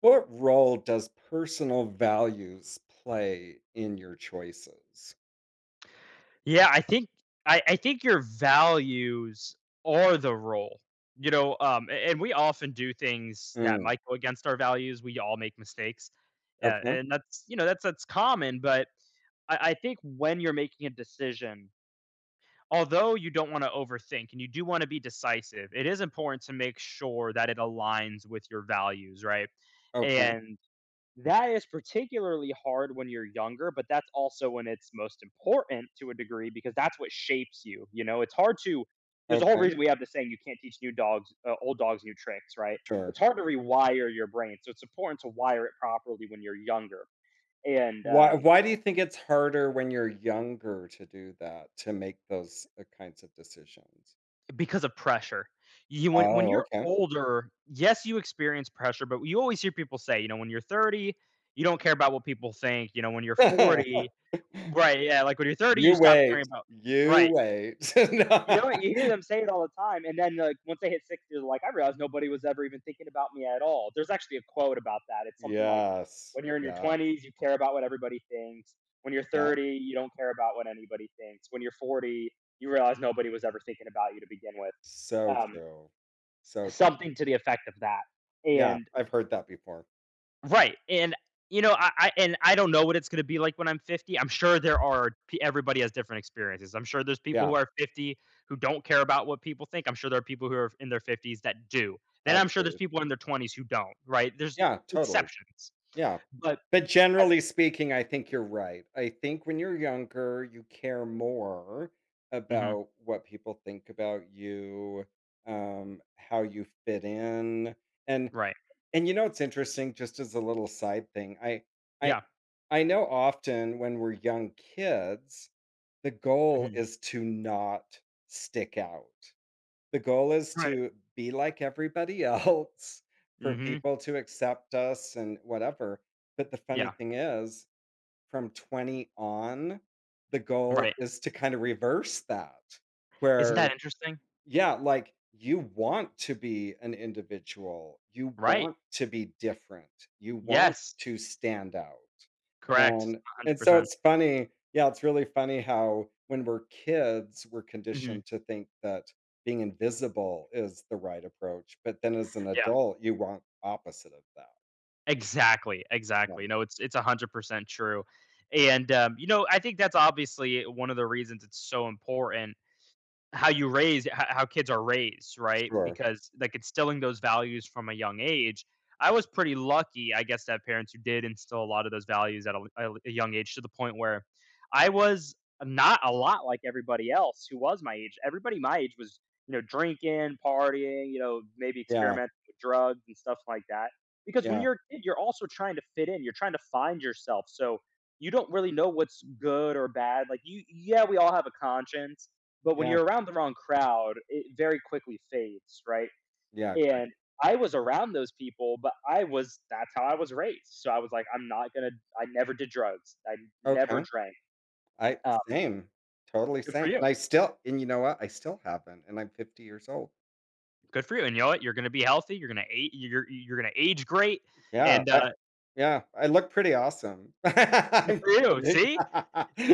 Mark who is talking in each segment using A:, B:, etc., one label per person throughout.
A: What role does personal values play in your choices?
B: Yeah, I think I think your values are the role. And we often do things that
A: Mm,
B: might go against our values. We all make mistakes,
A: okay,
B: and that's you know that's common. But I think when you're making a decision, although you don't want to overthink and you do want to be decisive, it is important to make sure that it aligns with your values, right?
A: okay,
B: And that is particularly hard when you're younger, but that's also when it's most important to a degree because that's what shapes you. You know, it's hard to there's a whole
A: okay,
B: reason we have the saying you can't teach new dogs old dogs new tricks, right?
A: sure.
B: It's hard to rewire your brain. So it's important to wire it properly when you're younger. And
A: Why why do you think it's harder when you're younger to do that, to make those, kinds of decisions?
B: Because of pressure. You when
A: Oh,
B: you're
A: okay.
B: older, yes, you experience pressure, but you always hear people say, when you're 30, you don't care about what people think, when you're 40. Right, yeah, like when you're 30, you
A: You
B: stop caring
A: wait,
B: about.
A: you
B: Right.
A: wait.
B: You
A: No.
B: know what, you hear them say it all the time, and then, like, once they hit 60, they're like, "I realized nobody was ever even thinking about me at all." There's actually a quote about that. It's something like,
A: Yes,
B: "When you're in your
A: yeah,
B: 20s, you care about what everybody thinks. When you're
A: yeah.
B: 30, you don't care about what anybody thinks. When you're 40, you realize nobody was ever thinking about you to begin with."
A: So
B: Um,
A: true, so true.
B: Something to the effect of that.
A: Yeah,
B: And,
A: I've heard that before.
B: right. And you know, I, I and I don't know what it's going to be like when I'm 50. I'm sure everybody has different experiences. I'm sure there's people
A: Yeah,
B: who are 50 who don't care about what people think. I'm sure there are people who are in their 50s that do. Then I'm sure there's
A: agreed.
B: people in their 20s who don't. Right? There's
A: Yeah, totally.
B: exceptions,
A: Yeah.
B: but
A: But
B: as,
A: generally speaking, I think you're right. I think when you're younger, you care more
B: hmm.
A: about what people think about you, how you fit in. And
B: Right.
A: and you know, it's interesting, just as a little side thing. I
B: Yeah.
A: I know often when we're young kids, the goal
B: Hmm.
A: is to not stick out. The goal is
B: Right.
A: to be like everybody else, for
B: Hmm.
A: people to accept us and whatever, but the funny
B: Yeah.
A: thing is, from 20 on, the goal
B: Right.
A: is to kinda reverse that,
B: Isn't that
A: where
B: interesting?
A: yeah, like, you want to be an individual, you
B: Right.
A: want to be different, you want
B: Yes.
A: to stand out,
B: Correct.
A: and
B: 100.
A: so
B: percent
A: it's funny, yeah, it's really funny how when we're kids, we're
B: Hmm.
A: conditioned to think that being invisible is the right approach, but then as an
B: Yeah.
A: adult, you want opposite of that.
B: Exactly, exactly.
A: Um,
B: No, it's 100% true.
A: yeah,
B: And, I think that's obviously one of the reasons it's so important how kids are raised, right?
A: sure.
B: Because, like, instilling those values from a young age. I was pretty lucky, I guess, to have parents who did instill a lot of those values at a young age to the point where I was not a lot like everybody else who was my age. Everybody my age was, drinking, partying, maybe
A: Yeah,
B: experimenting with drugs and stuff like that. Because when
A: yeah,
B: you're a kid, you're also trying to fit in, you're trying to find yourself, so you don't really know what's good or bad, like, you yeah, we all have a conscience, but when
A: yeah,
B: you're around the wrong crowd, it very quickly fades, right?
A: yeah, great.
B: And I was around those people, but I was that's how I was raised. So I was like, I'm not gonna I never did drugs. I never
A: Okay.
B: drank.
A: I
B: Um,
A: same. Totally
B: Good for
A: same. And
B: you.
A: I still and you know what? I still haven't, and I'm 50 years old.
B: Good for you. And you know what? You're going to be healthy. You're going to age. You're going to age great.
A: Yeah,
B: And
A: I yeah, I look pretty awesome.
B: good
A: I'm
B: for you.
A: kidding.
B: See,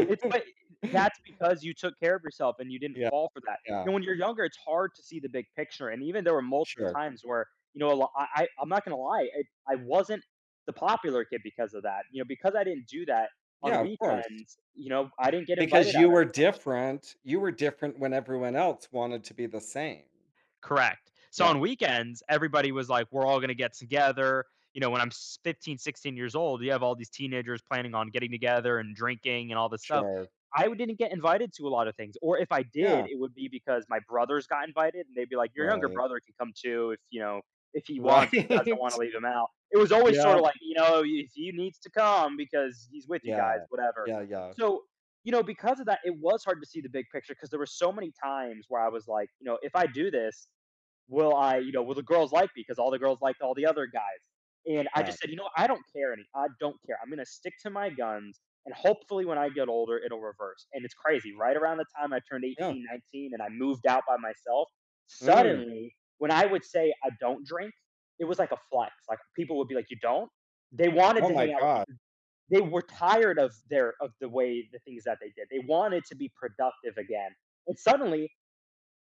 B: It's but that's because you took care of yourself and you didn't
A: Yeah,
B: fall for that. You
A: yeah,
B: know, when you're younger, it's hard to see the big picture, and even there were multiple
A: sure.
B: times where, you know, a lo I I'm not gonna lie, I wasn't the popular kid because of that, because I didn't do that on
A: Yeah, of course.
B: weekends, I didn't get invited
A: Because you
B: out as
A: were
B: much.
A: different you were different when everyone else wanted to be the same.
B: Correct. So
A: Yeah,
B: on weekends, everybody was like, we're all going to get together. You know, when I'm 15, 16 years old, you have all these teenagers planning on getting together and drinking and all this stuff.
A: sure.
B: I didn't get invited to a lot of things. Or if I
A: Yeah,
B: did, it would be because my brothers got invited and they'd be like, your younger
A: right.
B: brother can come too if, if he wants, if you guys don't
A: Right.
B: want to leave him out. It was always sort
A: Yeah,
B: of like, if he needs to come because he's with you guys,
A: yeah.
B: whatever.
A: Yeah, yeah,
B: So, because of that, it was hard to see the big picture because there were so many times where I was like, if I do this, will I, you know, will the girls like me? Because all the girls liked all the other guys. And I
A: yeah,
B: just said, I don't care any. I don't care. I'm going to stick to my guns. And hopefully when I get older, it'll reverse. And it's crazy. Right around the time I turned
A: yeah.
B: 18, 19, and I moved out by myself,
A: Mm.
B: suddenly when I would say I don't drink, it was like a flex. Like people would be like, you don't? They wanted
A: Oh
B: to
A: my
B: hang out with me.
A: god.
B: They were tired of the way the things that they did. They wanted to be productive again, and suddenly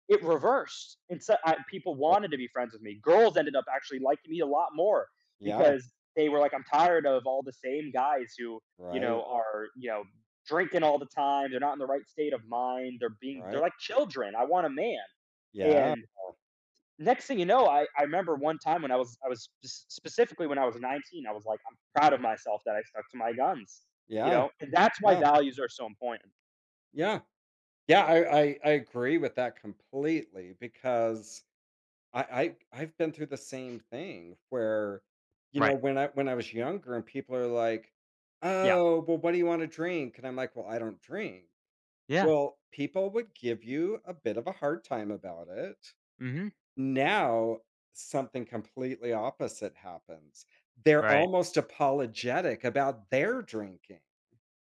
B: it reversed. And so, people wanted to be friends with me. Girls ended up actually liking me a lot more
A: Yeah,
B: because they were like, "I'm tired of all the same guys who
A: right,
B: are drinking all the time. They're not in the right state of mind. They're
A: right.
B: like children. I want a man."
A: Yeah,
B: And next thing you know, I remember one time when I was specifically when I was 19, I was like, I'm proud of myself that I stuck to my guns,
A: yeah,
B: and that's why
A: yeah,
B: values are so important.
A: yeah. Yeah, I agree with that completely because I've been through the same thing where, you know,
B: Right.
A: when I was younger and people are like,
B: Yeah.
A: "Oh, well, what do you want to drink?" And I'm like, "Well, I don't drink."
B: Yeah.
A: Well, people would give you a bit of a hard time about it.
B: Hmm.
A: Now, something completely opposite happens. They're
B: Right.
A: almost apologetic about their drinking.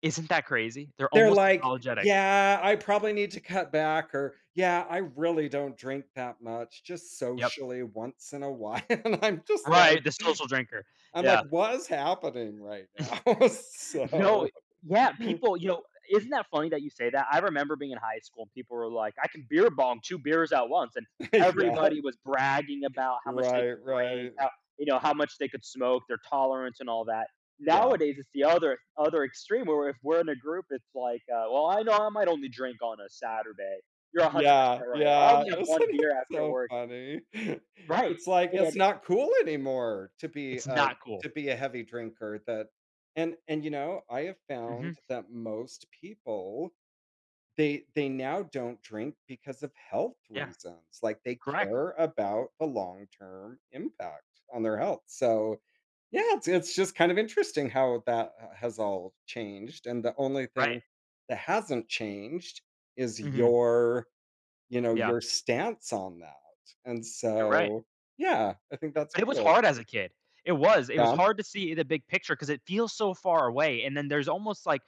B: Isn't that crazy? They're
A: They're
B: almost
A: like,
B: apologetic.
A: "Yeah, I probably need to cut back," or, "Yeah, I really don't drink that much, just
B: Yep.
A: socially once in a while," and I'm just like
B: Right. The social drinker.
A: I'm like,
B: Yeah.
A: "What is happening right now?"
B: No,
A: So
B: yeah, people, isn't that funny that you say that? I remember being in high school and people were like, I can beer bong two beers at once. And
A: yeah.
B: everybody was bragging about how much they
A: Right,
B: could drink,
A: right.
B: how much they could smoke, their tolerance and all that.
A: Yeah.
B: Nowadays, it's the other extreme where if we're in a group, it's like, well, I know I might only drink on a Saturday. You're
A: Yeah,
B: 100% right. Or I
A: yeah.
B: only have
A: Isn't
B: one
A: it
B: beer after
A: so
B: work.
A: funny?
B: Right.
A: It's like, it's
B: And
A: not cool anymore to
B: it's not cool.
A: be a heavy drinker that and, you know, I have
B: Hmm.
A: found that most people they now don't drink because of health
B: Yeah,
A: reasons, like, they
B: correct.
A: care about the long-term impact on their health, so, yeah, it's just kind of interesting how that ha has all changed, and the only
B: Right.
A: thing that hasn't changed is
B: Hmm.
A: your, you know,
B: Yeah,
A: your stance on that, and
B: you're right.
A: so, yeah, I think that's
B: But it was
A: cool.
B: hard as a kid. It was. It was
A: Yeah,
B: hard to see the big picture because it feels so far away, and then there's almost like,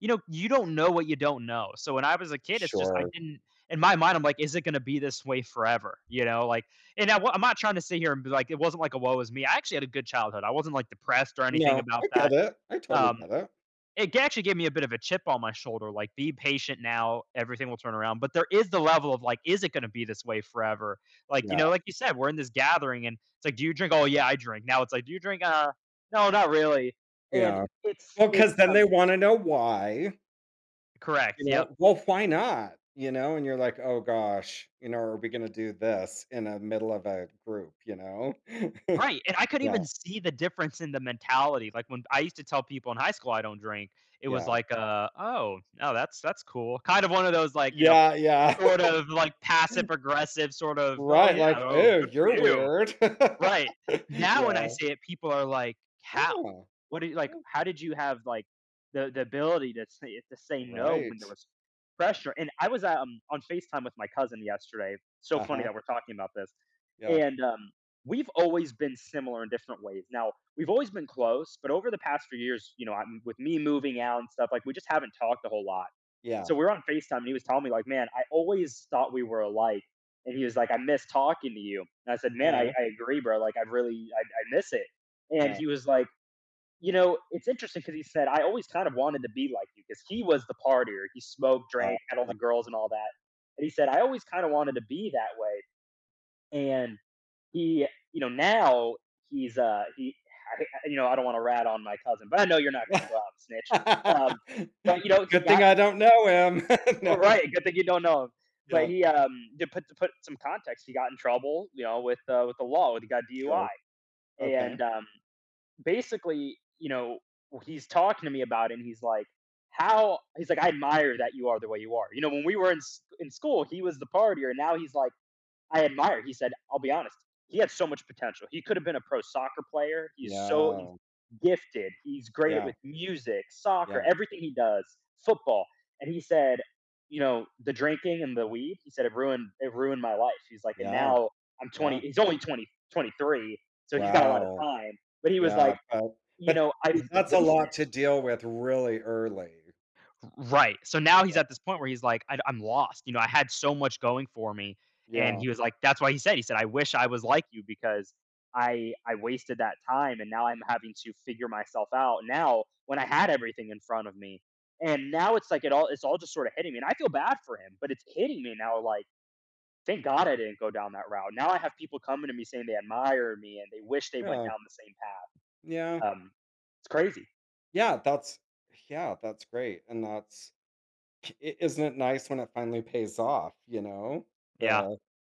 B: you don't know what you don't know. So when I was a kid, it's just I
A: sure.
B: didn't in my mind, I'm like, "Is it gonna be this way forever?" Like and I'm not trying to sit here and be like, it wasn't like a woe is me. I actually had a good childhood. I wasn't, like, depressed or
A: No,
B: anything about
A: I get
B: that.
A: it, I totally
B: Um
A: get it.
B: it actually gave me a bit of a chip on my shoulder, like, "Be patient now, everything will turn around," but there is the level of, like, is it gonna be this way forever? Like,
A: Yeah,
B: like you said, we're in this gathering and it's like, "Do you drink?" "Oh, yeah, I drink." Now it's like, "Do you drink?" No, not really," and
A: yeah.
B: it's
A: Well,
B: it's,
A: because then
B: um
A: they wanna know why.
B: Correct,
A: You
B: yep.
A: know, well, why not? You know, and you're like, "Oh gosh, you know, are we gonna do this in a middle of a group?" You know?
B: Right, and I could
A: Yeah,
B: even see the difference in the mentality, like, when I used to tell people in high school I don't drink, it was
A: yeah.
B: like, "Oh, no, that's cool." Kind of one of those, like,
A: Yeah, yeah.
B: sort of, like, passive aggressive sort of, "Oh,
A: Right,
B: yeah,
A: like,
B: oh,
A: oh,
B: good for
A: you're
B: you."
A: weird."
B: Right. Now when I
A: Yeah.
B: say it, people are like, "How?
A: Oh,
B: What do like,
A: oh,
B: how did you have, like, the ability to say no when there
A: right.
B: was pressure?" And I was, on FaceTime with my cousin yesterday. So funny
A: Uh-huh,
B: that we're talking about this.
A: yeah,
B: And, we've always been similar in different ways. Now, we've always been close, but over the past few years, you know, I'm with me moving out and stuff, like, we just haven't talked a whole lot.
A: yeah,
B: So we were on FaceTime and he was telling me, like, man, I always thought we were alike. And he was like, I miss talking to you. And I said, man, I,
A: oh,
B: I agree, bro. Like, I really, I miss it. And
A: yeah,
B: he was like, it's interesting because he said, I always kind of wanted to be like you because he was the partier. He smoked,
A: oh.
B: drank, had all the girls and all that. And he said, I always kind of wanted to be that way. And he, you know, now he's, he, I, you know, I don't want to rat on my cousin, but I know you're not going to go out and snitch. Um, but you know, he
A: Good thing
B: got
A: I don't know him. No,
B: Right, good thing you don't know him. But
A: yeah,
B: he, um, to put some context, he got in trouble, with the law. He got
A: sure,
B: DUI,
A: okay.
B: and basically, he's talking to me about it, and he's like, "How?" He's like, "I admire that you are the way you are." You know, when we were in school, he was the partier, and now he's like, I admire. He said, I'll be honest, he had so much potential. He could have been a pro soccer player. He's
A: Yeah,
B: gifted. He's great at
A: yeah,
B: with music, soccer,
A: yeah,
B: everything he does, football. And he said, the drinking and the weed, he said it ruined my life. He's like, and
A: yeah,
B: now I'm 20.
A: yeah.
B: He's only 20 23, so he's got a lot of
A: Wow.
B: time. But he was like,
A: Yeah, but
B: I've
A: that's a
B: wasted.
A: lot to deal with really early.
B: Right. So now he's at this point where he's like, I'm lost. You know, I had so much going for me. And
A: Yeah.
B: he was like, that's why he said, I wish I was like you because I wasted that time and now I'm having to figure myself out now when I had everything in front of me. And now it's like it's all just sort of hitting me. And I feel bad for him, but it's hitting me now like, thank God I didn't go down that route. Now I have people coming to me saying they admire me and they wish they went
A: Yeah.
B: down the same
A: Yeah.
B: path. It's crazy.
A: Yeah, that's yeah, that's great, and that's I isn't it nice when it finally pays off, you know?
B: Yeah.
A: The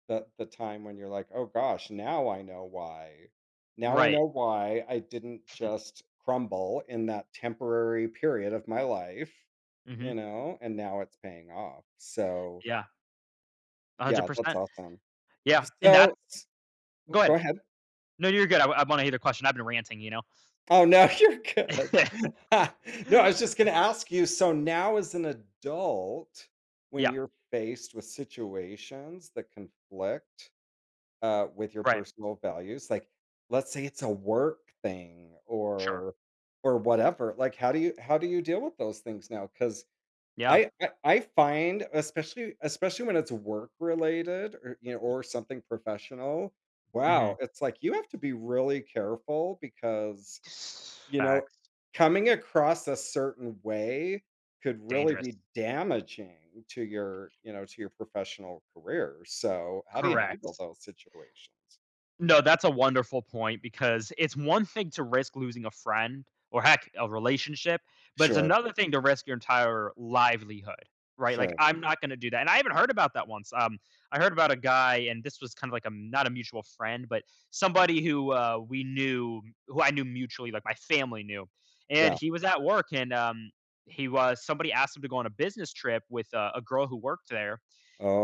A: the the time when you're like, "Oh gosh, now I know why. Now I
B: Right.
A: know why I didn't just crumble in that temporary period of my life,"
B: Hmm.
A: you know? And now it's paying off. So,
B: Yeah. one hundred
A: yeah, that's
B: percent.
A: awesome.
B: Yeah, and that's
A: So s oh,
B: go
A: go
B: ahead.
A: ahead.
B: No, you're good. I wanna hear the question. I've been ranting, you know?
A: Oh, no, you're good. No, I was just gonna ask you, so now as an adult, when
B: Yeah,
A: you're faced with situations that conflict, with your
B: right.
A: personal values, like, let's say it's a work thing
B: Sure.
A: or whatever, like, how do you deal with those things now? 'Cause
B: Yeah.
A: I find, especially especially when it's work-related or, you know, or something professional, wow,
B: Mhm.
A: it's like you have to be really careful because you know,
B: Facts.
A: coming across a certain way could really
B: Dangerous.
A: be damaging to your, you know, to your professional career. So, how do you handle
B: Correct.
A: those situations?
B: No, that's a wonderful point because it's one thing to risk losing a friend or heck, a relationship, but it's
A: Sure,
B: another thing to risk your entire livelihood, right? Like
A: sure.
B: I'm not going to do that. And I even heard about that once. I heard about a guy, and this was kind of like a not a mutual friend, but somebody who we knew, who I knew mutually, like my family knew, and
A: Yeah.
B: he was at work, and he was somebody asked him to go on a business trip with a girl who worked there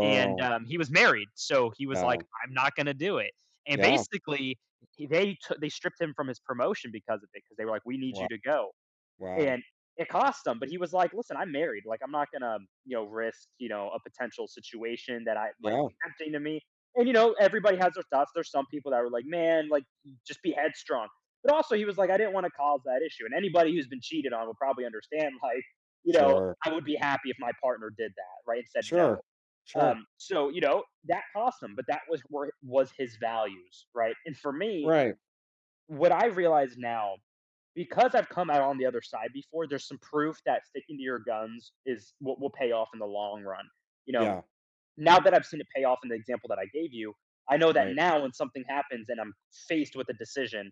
B: and he was married, so he was
A: yeah.
B: like, "I'm not gonna do it." And
A: Yeah.
B: basically, they stripped him from his promotion because of it, because they were like, "We need
A: Wow.
B: you to go,"
A: Wow.
B: and it cost him. But he was like, "Listen, I'm married. Like, I'm not gonna risk a potential situation that I might
A: Yeah.
B: be tempting to me." And you know, everybody has their thoughts. There's some people that were like, "Man, like, just be headstrong." But also, he was like, "I didn't want to cause that issue." And anybody who's been cheated on will probably understand, like, you know,
A: Sure.
B: I would be happy if my partner did that, right? And said no.
A: Sure. Sure.
B: So you know that cost him, but that was where was his values, right? And for me,
A: Right.
B: what I realize now, because I've come out on the other side before, there's some proof that sticking to your guns is what will pay off in the long run. You know,
A: Yeah.
B: now that I've seen it pay off in the example that I gave you, I know that
A: Right.
B: now when something happens and I'm faced with a decision,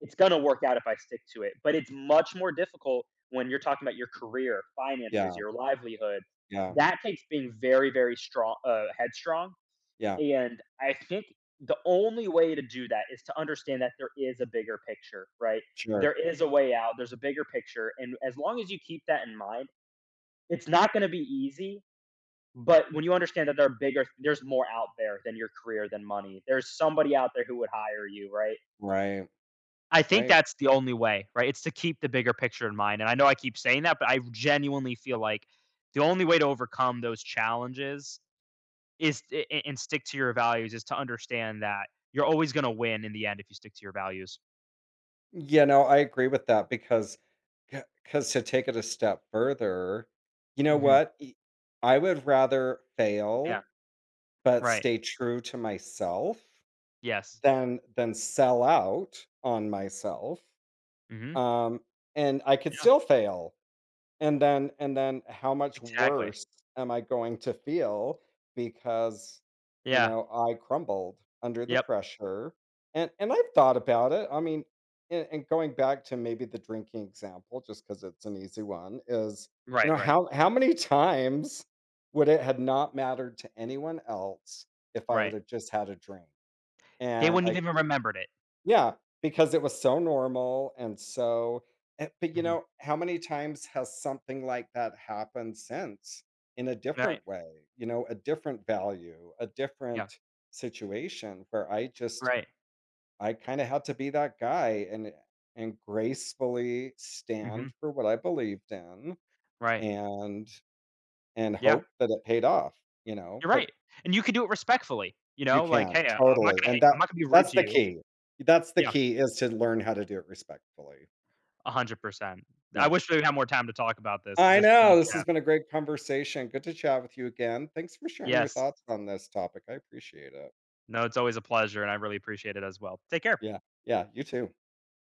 B: it's going to work out if I stick to it. But it's much more difficult when you're talking about your career, finances,
A: Yeah.
B: your livelihood.
A: Yeah.
B: That takes being very, very strong, headstrong.
A: Yeah.
B: And I think the only way to do that is to understand that there is a bigger picture, right?
A: Sure.
B: There is a way out, there's a bigger picture. And as long as you keep that in mind, it's not going to be easy but when you understand that there are bigger there's more out there than your career, than money. There's somebody out there who would hire you, right?
A: Right.
B: I think
A: Right.
B: that's the only way, right? It's to keep the bigger picture in mind. And I know I keep saying that, but I genuinely feel like the only way to overcome those challenges is and stick to your values is to understand that you're always going to win in the end if you stick to your values.
A: You know, I agree with that because cause to take it a step further, you know
B: Hmm.
A: what? E I would rather
B: Yeah.
A: fail, but
B: Right.
A: stay true to myself
B: Yes.
A: than sell out on myself,
B: Hmm.
A: um, and I could
B: Yeah.
A: still fail. And then how much
B: Exactly.
A: worse am I going to feel because, you
B: Yeah.
A: know, I crumbled under the
B: Yep.
A: pressure. And I've thought about it. I mean, and going back to maybe the drinking example, just because it's an easy one, is you
B: Right.
A: know,
B: Right.
A: how many times would it had not mattered to anyone else if I would
B: Right.
A: have just had a drink?
B: They
A: And
B: wouldn't
A: I
B: even remembered it.
A: yeah, because it was so normal and so eh, but you
B: Hmm.
A: know, how many times has something like that happened since in a
B: Right.
A: different way? You know, a different value, a
B: Yeah.
A: different situation where I just
B: Right.
A: I kind of had to be that guy and gracefully
B: Mhm.
A: stand for what I believed in
B: Right.
A: and and
B: Yeah,
A: hope that it paid off, you know?
B: you're
A: But
B: right, and you can do it respectfully,
A: you
B: like,
A: can
B: "Hey,
A: totally. And that
B: I'm not gonna be rude
A: that's
B: to
A: the
B: you."
A: key. That's the
B: Yeah,
A: key is to learn how to do it respectfully.
B: 100%. I
A: No.
B: wish we had more time to talk about this because
A: I
B: there's so
A: know,
B: much
A: this has
B: depth.
A: been a great conversation. Good to chat with you again. Thanks for sharing your
B: Yes.
A: thoughts on this topic. I appreciate it.
B: No, it's always a pleasure, and I really appreciate it as well. Take care.
A: Yeah. Yeah, you too.